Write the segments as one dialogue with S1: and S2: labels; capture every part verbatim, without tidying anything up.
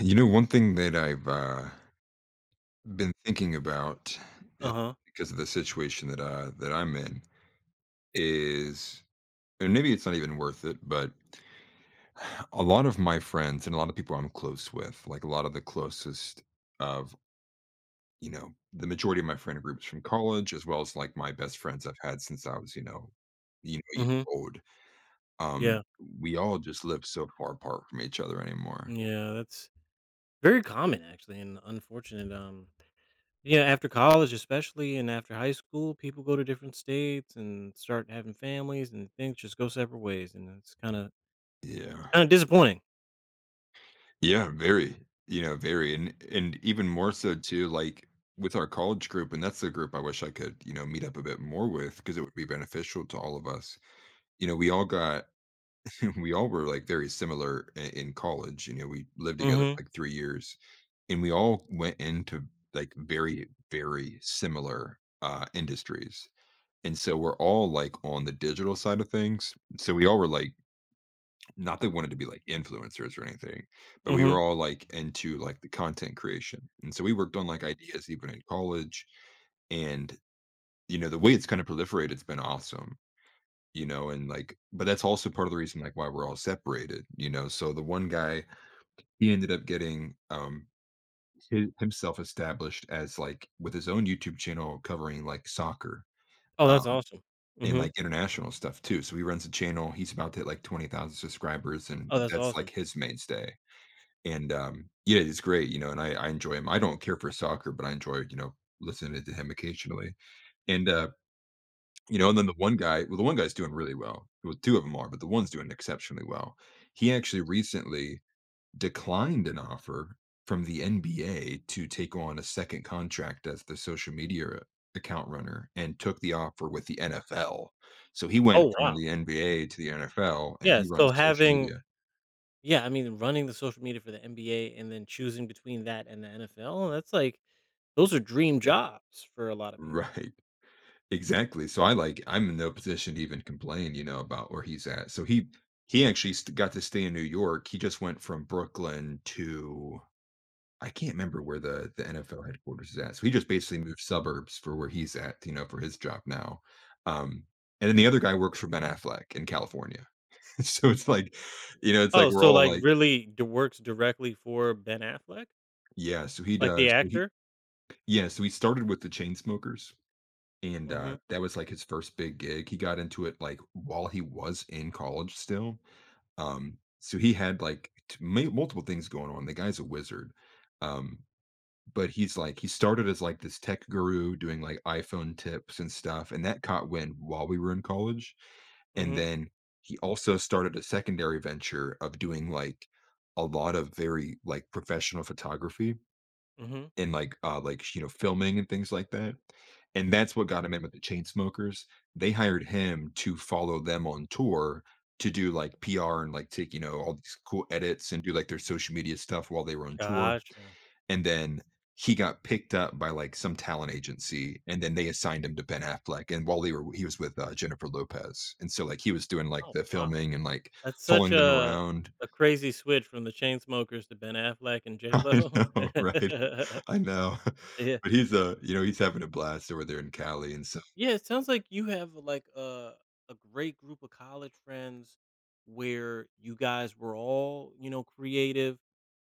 S1: You know, one thing that I've uh, been thinking about is
S2: Uh-huh.
S1: because of the situation that uh, that I'm in is, and maybe it's not even worth it, but a lot of my friends and a lot of people I'm close with, like a lot of the closest of you know the majority of my friend groups from college, as well as like my best friends I've had since I was you know you know a
S2: Mhm.
S1: year old. Um,
S2: Yeah.
S1: we all just live so far apart from each other anymore.
S2: Yeah, that's very common actually and unfortunate. Um yeah, after college especially and after high school, people go to different states and start having families and things just go separate ways, and it's kind of
S1: Yeah.
S2: kind of disappointing.
S1: Yeah, very. You know, very. And and even more so too, like with our college group, and that's the group I wish I could, you know, meet up a bit more with because it would be beneficial to all of us. You know, we all got we all were like very similar in, in college. You know, we lived together
S2: Mhm.
S1: for like three years and we all went into like very, very similar uh industries. And so we're all like on the digital side of things. So we all were like not that we wanted to be like influencers or anything, but we
S2: Mhm.
S1: were all like into like the content creation. And so we worked on like ideas even in college. And, you know, the way it's kind of proliferated, it's been awesome, you know, and like, but that's also part of the reason like why we're all separated, you know. So the one guy, he ended up getting um his, himself established as like with his own YouTube channel covering like soccer.
S2: Oh,
S1: Um
S2: that's awesome.
S1: and
S2: Mhm.
S1: like international stuff too. So he runs a channel. He's about to hit like twenty thousand subscribers, and
S2: Oh, that's
S1: that's
S2: awesome.
S1: like his mainstay. And, um, yeah, it's great, you know, and I I enjoy him. I don't care for soccer, but I enjoy, you know, listening to him occasionally. And, uh, you know, and then the one guy well, the one guy's doing really well. Well, two of them are, but the one's doing exceptionally well. He actually recently declined an offer from the N B A to take on a second contract as the social media account runner and took the offer with the N F L. So he went
S2: Oh,
S1: from
S2: wow.
S1: the N B A to the N F L, and
S2: Yeah,
S1: he
S2: so
S1: runs social
S2: having
S1: media.
S2: yeah, I mean running the social media for the N B A and then choosing between that and the N F L, that's like those are dream
S1: Yeah.
S2: jobs for a lot of people.
S1: Right. Exactly. So I like I'm in no position to even complain, you know, about where he's at. So he he actually st- got to stay in New York. He just went from Brooklyn to I can't remember where the the N F L headquarters is at. So he just basically moved suburbs for where he's at, you know, for his job now. Um and then the other guy works for Ben Affleck in California. So it's like, you know, it's like
S2: Oh,
S1: we're
S2: so,
S1: all
S2: like,
S1: like,
S2: really d works directly for Ben Affleck?
S1: yeah, so he
S2: Like, the
S1: does. So he
S2: actor?
S1: yeah, so he started with the chain smokers. And, uh,
S2: Mhm,
S1: that was, like, his first big gig. He got into it, like, while he was in college still. Um, so he had, like, t mu multiple things going on. The guy's a wizard. Um, but he's, like he started as, like, this tech guru doing, like, iPhone tips and stuff, and that caught wind while we were in college. And
S2: mhm,
S1: then he also started a secondary venture of doing, like, a lot of very, like, professional photography
S2: mhm.
S1: in like, uh, like, you know, filming and things like that, and that's what got him in with the Chainsmokers. They hired him to follow them on tour to do, like, P R and, like, take, you know, all these cool edits and do, like, their social media stuff while they were on tour,
S2: Gotcha.
S1: and then he got picked up by, like, some talent agency, and then they assigned him to Ben Affleck, and while they were he was with, uh, Jennifer Lopez, and so, like, he was doing, like,
S2: Oh,
S1: the
S2: wow.
S1: filming and, like,
S2: That's such
S1: following them
S2: a
S1: around.
S2: a crazy switch from the Chainsmokers to Ben Affleck and J
S1: I
S2: Lo.
S1: know, right? I know.
S2: Yeah.
S1: But he's, uh, you know, he's having a blast over there in Cali, and so
S2: Yeah, it sounds like you have, like, a a great group of college friends where you guys were all, you know, creative,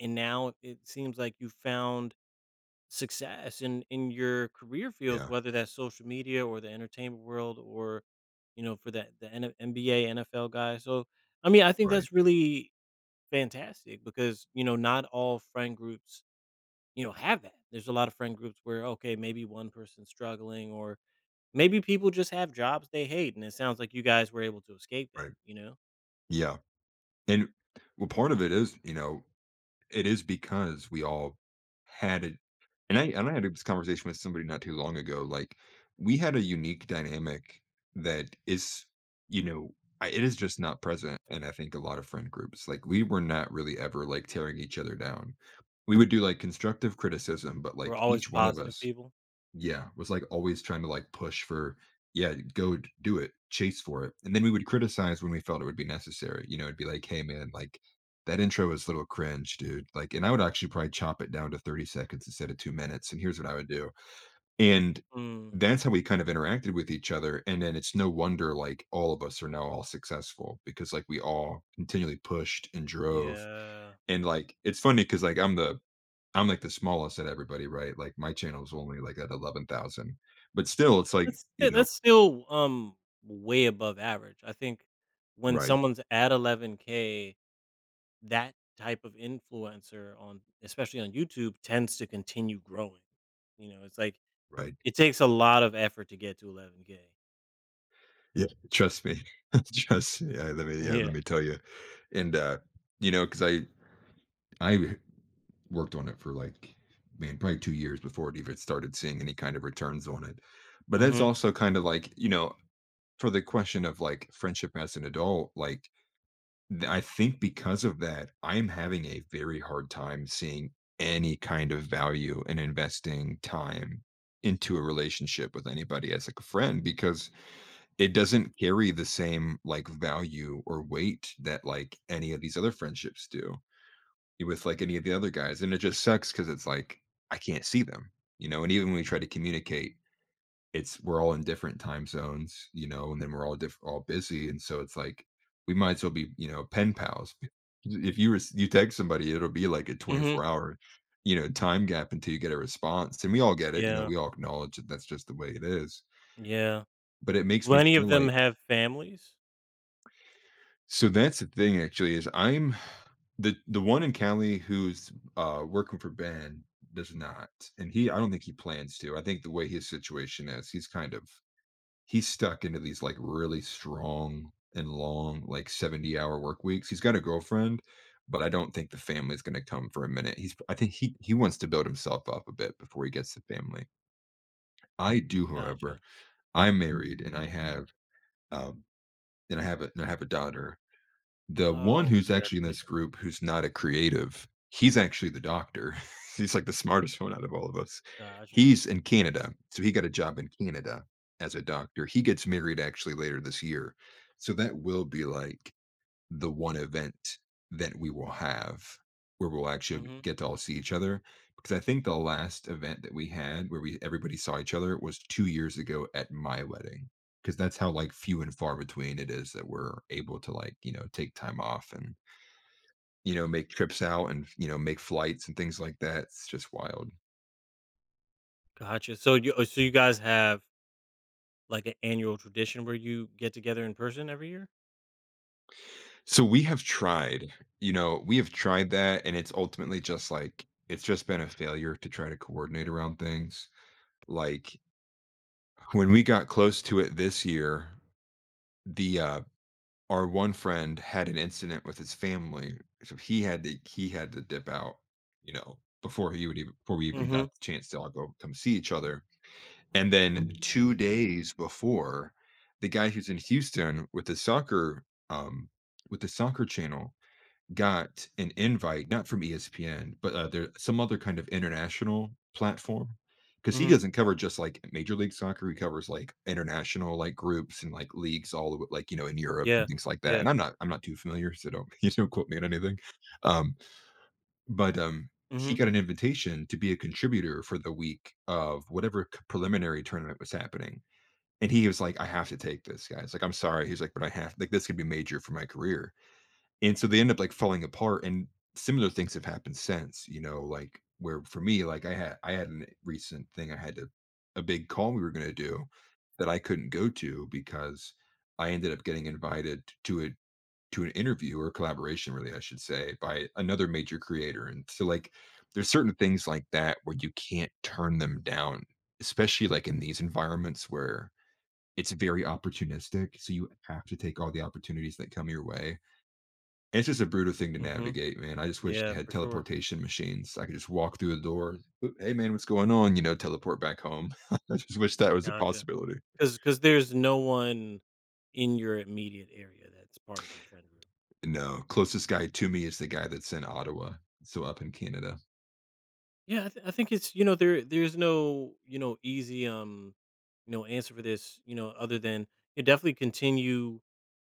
S2: and now it seems like you found success in in your career fields,
S1: yeah,
S2: whether that's social media or the entertainment world, or, you know, for that the N- NBA, N F L guy. So, I mean, I think
S1: right,
S2: that's really fantastic because, you know, not all friend groups, you know, have that. There's a lot of friend groups where, okay, maybe one person's struggling, or maybe people just have jobs they hate, and it sounds like you guys were able to escape that.
S1: right.
S2: You know,
S1: Yeah, and, well, part of it is, you know, it is because we all had it and I and I had this conversation with somebody not too long ago, like, we had a unique dynamic that is, you know, I it is just not present and I think, a lot of friend groups. Like, we were not really ever, like, tearing each other down. We would do, like, constructive criticism, but,
S2: we're
S1: like,
S2: always
S1: each one of
S2: positive
S1: us.
S2: people.
S1: Yeah, was, like, always trying to, like, push for, "Yeah, go d do it, chase for it," and then we would criticize when we felt it would be necessary, you know, it'd be like, "Hey, man, like, that intro is a little cringe, dude," like and I would actually probably chop it down to thirty seconds instead of two minutes, and here's what I would do, and
S2: Mm,
S1: that's how we kind of interacted with each other, and then it's no wonder, like, all of us are now all successful because, like, we all continually pushed and drove,
S2: yeah.
S1: and, like, it's funny because like, I'm the I'm like the smallest at everybody, right? Like my channel's only like at eleven thousand, but still it's like,
S2: That's
S1: you
S2: st
S1: know
S2: that's still, um, way above average. I think when
S1: right,
S2: someone's at eleven k, that type of influencer on especially on YouTube, tends to continue growing. You know, it's like
S1: right.
S2: it takes a lot of effort to get to eleven k.
S1: Yeah, trust me. Trust me. Yeah, let me yeah, let
S2: Yeah.
S1: me tell you. And, uh, you know, because I I worked on it for like, man, probably two years before it even started seeing any kind of returns on it. But that's
S2: Mhm.
S1: also kind of like, you know, for the question of like friendship as an adult, like Th I think because of that, I'm having a very hard time seeing any kind of value in investing time into a relationship with anybody as, like, a friend because it doesn't carry the same, like, value or weight that, like, any of these other friendships do with, like, any of the other guys, and it just sucks because it's like, I can't see them, you know, and even when we try to communicate, it's we're all in different time zones, you know, and then we're all diff all busy, and so it's like we might as well be, you know, pen pals. If you res you text somebody, it'll be like a
S2: Mhm.
S1: twenty-four hour, you know, time gap until you get a response, and we all get it, you know,
S2: Yeah.
S1: we all acknowledge that that's just the way it is,
S2: Yeah.
S1: but it makes
S2: Do
S1: me
S2: any
S1: feel
S2: of them
S1: like
S2: have families?
S1: so that's the thing actually is I'm the the one in Cali who's, uh, working for Ben does not, and he I don't think he plans to. I think the way his situation is, he's kind of he's stuck into these like really strong and long like seventy hour work weeks he's got a girlfriend but I don't think the family's going to come for a minute he's I think he he wants to build himself up a bit before he gets the family I do however
S2: Gotcha.
S1: I'm married and I have um and i have a and I have a daughter the one
S2: Oh,
S1: who's actually in this
S2: congratulations.
S1: group who's not a creative, he's actually the doctor. He's, like, the smartest one out of all of us.
S2: Gotcha.
S1: He's in Canada, so he got a job in Canada as a doctor. He gets married actually later this year, so that will be, like the one event that we will have where we'll actually
S2: Mhm.
S1: get to all see each other. Because I think the last event that we had where we everybody saw each other was two years ago at my wedding. Because that's how like few and far between it is that we're able to like, you know, take time off and you know, make trips out and you know, make flights and things like that. It's just wild.
S2: Gotcha. So you oh, so you guys have, like, an annual tradition where you get together in person every year?
S1: So we have tried, you know, we have tried that and it's ultimately just like it's just been a failure to try to coordinate around things. Like, when we got close to it this year, the uh, our one friend had an incident with his family, so he had to he had to dip out, you know, before he would even before we even got
S2: Mhm.
S1: the chance to all go come see each other. And then two days before, the guy who's in Houston with the soccer, um, with the soccer channel got an invite, not from E S P N, but, uh, there some other kind of international platform, because he
S2: Mhm.
S1: doesn't cover just, like, Major League Soccer, he covers, like, international, like, groups and, like, leagues all over, like, you know, in Europe
S2: Yeah.
S1: and things like that,
S2: Yeah.
S1: and I'm not I'm not too familiar, so don't you don't quote me on anything, um, but, um, he
S2: Mhm.
S1: got an invitation to be a contributor for the week of whatever c preliminary tournament was happening, and he was like, "I have to take this, guys," like, "I'm sorry," he's like, "But I have like, this could be major for my career." And so they end up, like, falling apart, and similar things have happened since, you know, like, where for me, like, I had I had a recent thing I had to a big call we were gonna do that I couldn't go to because I ended up getting invited to a to an interview or collaboration, really, I should say, by another major creator, and so, like, there's certain things like that where you can't turn them down, especially, like, in these environments where it's very opportunistic, so you have to take all the opportunities that come your way. It's just a brutal thing to
S2: Mhm.
S1: navigate, man. I just wish they
S2: Yeah,
S1: had
S2: for sure.
S1: teleportation machines. I could just walk through the door. "Oop, hey, man, what's going on?" You know, teleport back home. I just wish that was a
S2: Gotcha.
S1: possibility.
S2: Because because there's no one in your immediate area that's part of this friend group.
S1: No, closest guy to me is the guy that's in Ottawa, so up in Canada.
S2: Yeah, I, th- I think it's, you know there there's no, you know easy, um you know answer for this, you know other than you definitely continue,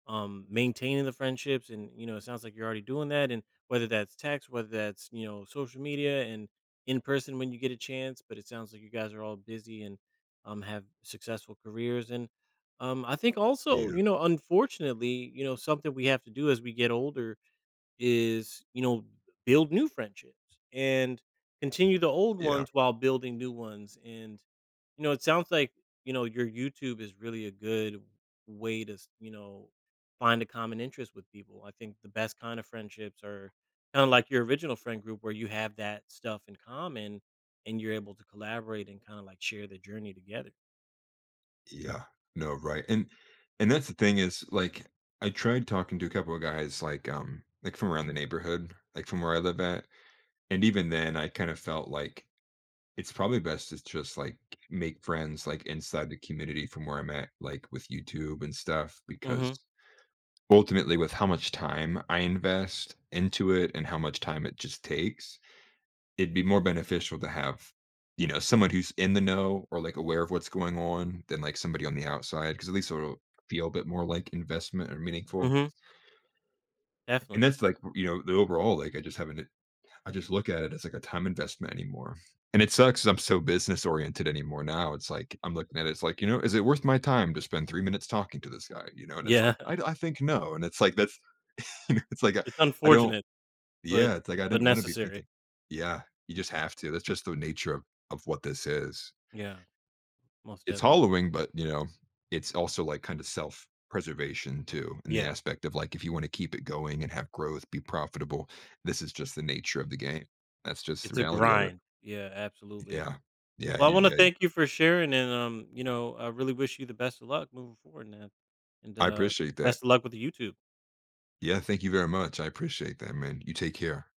S2: um maintaining the friendships. And, you know it sounds like you're already doing that, and whether that's text, whether that's, you know social media, and in person when you get a chance. But it sounds like you guys are all busy and um have successful careers, and um I think
S1: Yeah,
S2: also, you know unfortunately, you know something we have to do as we get older is, you know, build new friendships and continue the old
S1: yeah,
S2: ones while building new ones. And, you know, it sounds like, you know, your YouTube is really a good way to, you know, find a common interest with people. I think the best kind of friendships are kind of like your original friend group where you have that stuff in common and you're able to collaborate and kind of like share the journey together.
S1: yeah. No, right, and and that's the thing is, like, I tried talking to a couple of guys, like, um, like, from around the neighborhood, like, from where I live at, and even then, I kind of felt like it's probably best to just like make friends like inside the community from where I'm at, like with YouTube and stuff,
S2: Mm-hmm.
S1: because ultimately, with how much time I invest into it and how much time it just takes, it'd be more beneficial to have, you know, someone who's in the know or like aware of what's going on than like somebody on the outside, because at least it'll feel a bit more like investment or meaningful.
S2: Mm-hmm.
S1: And
S2: Definitely.
S1: that's like, you know, the overall, like I just haven't I just look at it as like a time investment anymore. And it sucks 'cause I'm so business oriented anymore now. It's like I'm looking at it, it's like, you know, is it worth my time to spend three minutes talking to this guy, you know? And it's
S2: Yeah.
S1: like, I I think no. And it's like that's you know, it's like I
S2: It's
S1: I don't
S2: unfortunate, but
S1: yeah, it's like I
S2: but
S1: didn't wanna be
S2: necessary.
S1: thinking yeah, you just have to. That's just the nature of of what this is.
S2: Yeah, most
S1: It's
S2: definitely.
S1: hollowing, but, you know, it's also like kind of self preservation too in the
S2: Yeah.
S1: aspect of like if you want to keep it going and have growth, be profitable, this is just the nature of the game. That's just the
S2: It's a
S1: reality of it.
S2: grind. Yeah, absolutely.
S1: Yeah. Yeah,
S2: Well, I
S1: you
S2: want to
S1: yeah,
S2: thank you for sharing, and, um, you know, I really wish you the best of luck moving forward, man, and,
S1: I
S2: uh,
S1: appreciate that.
S2: best of luck with the YouTube.
S1: Yeah, thank you very much. I appreciate that, man. You take care.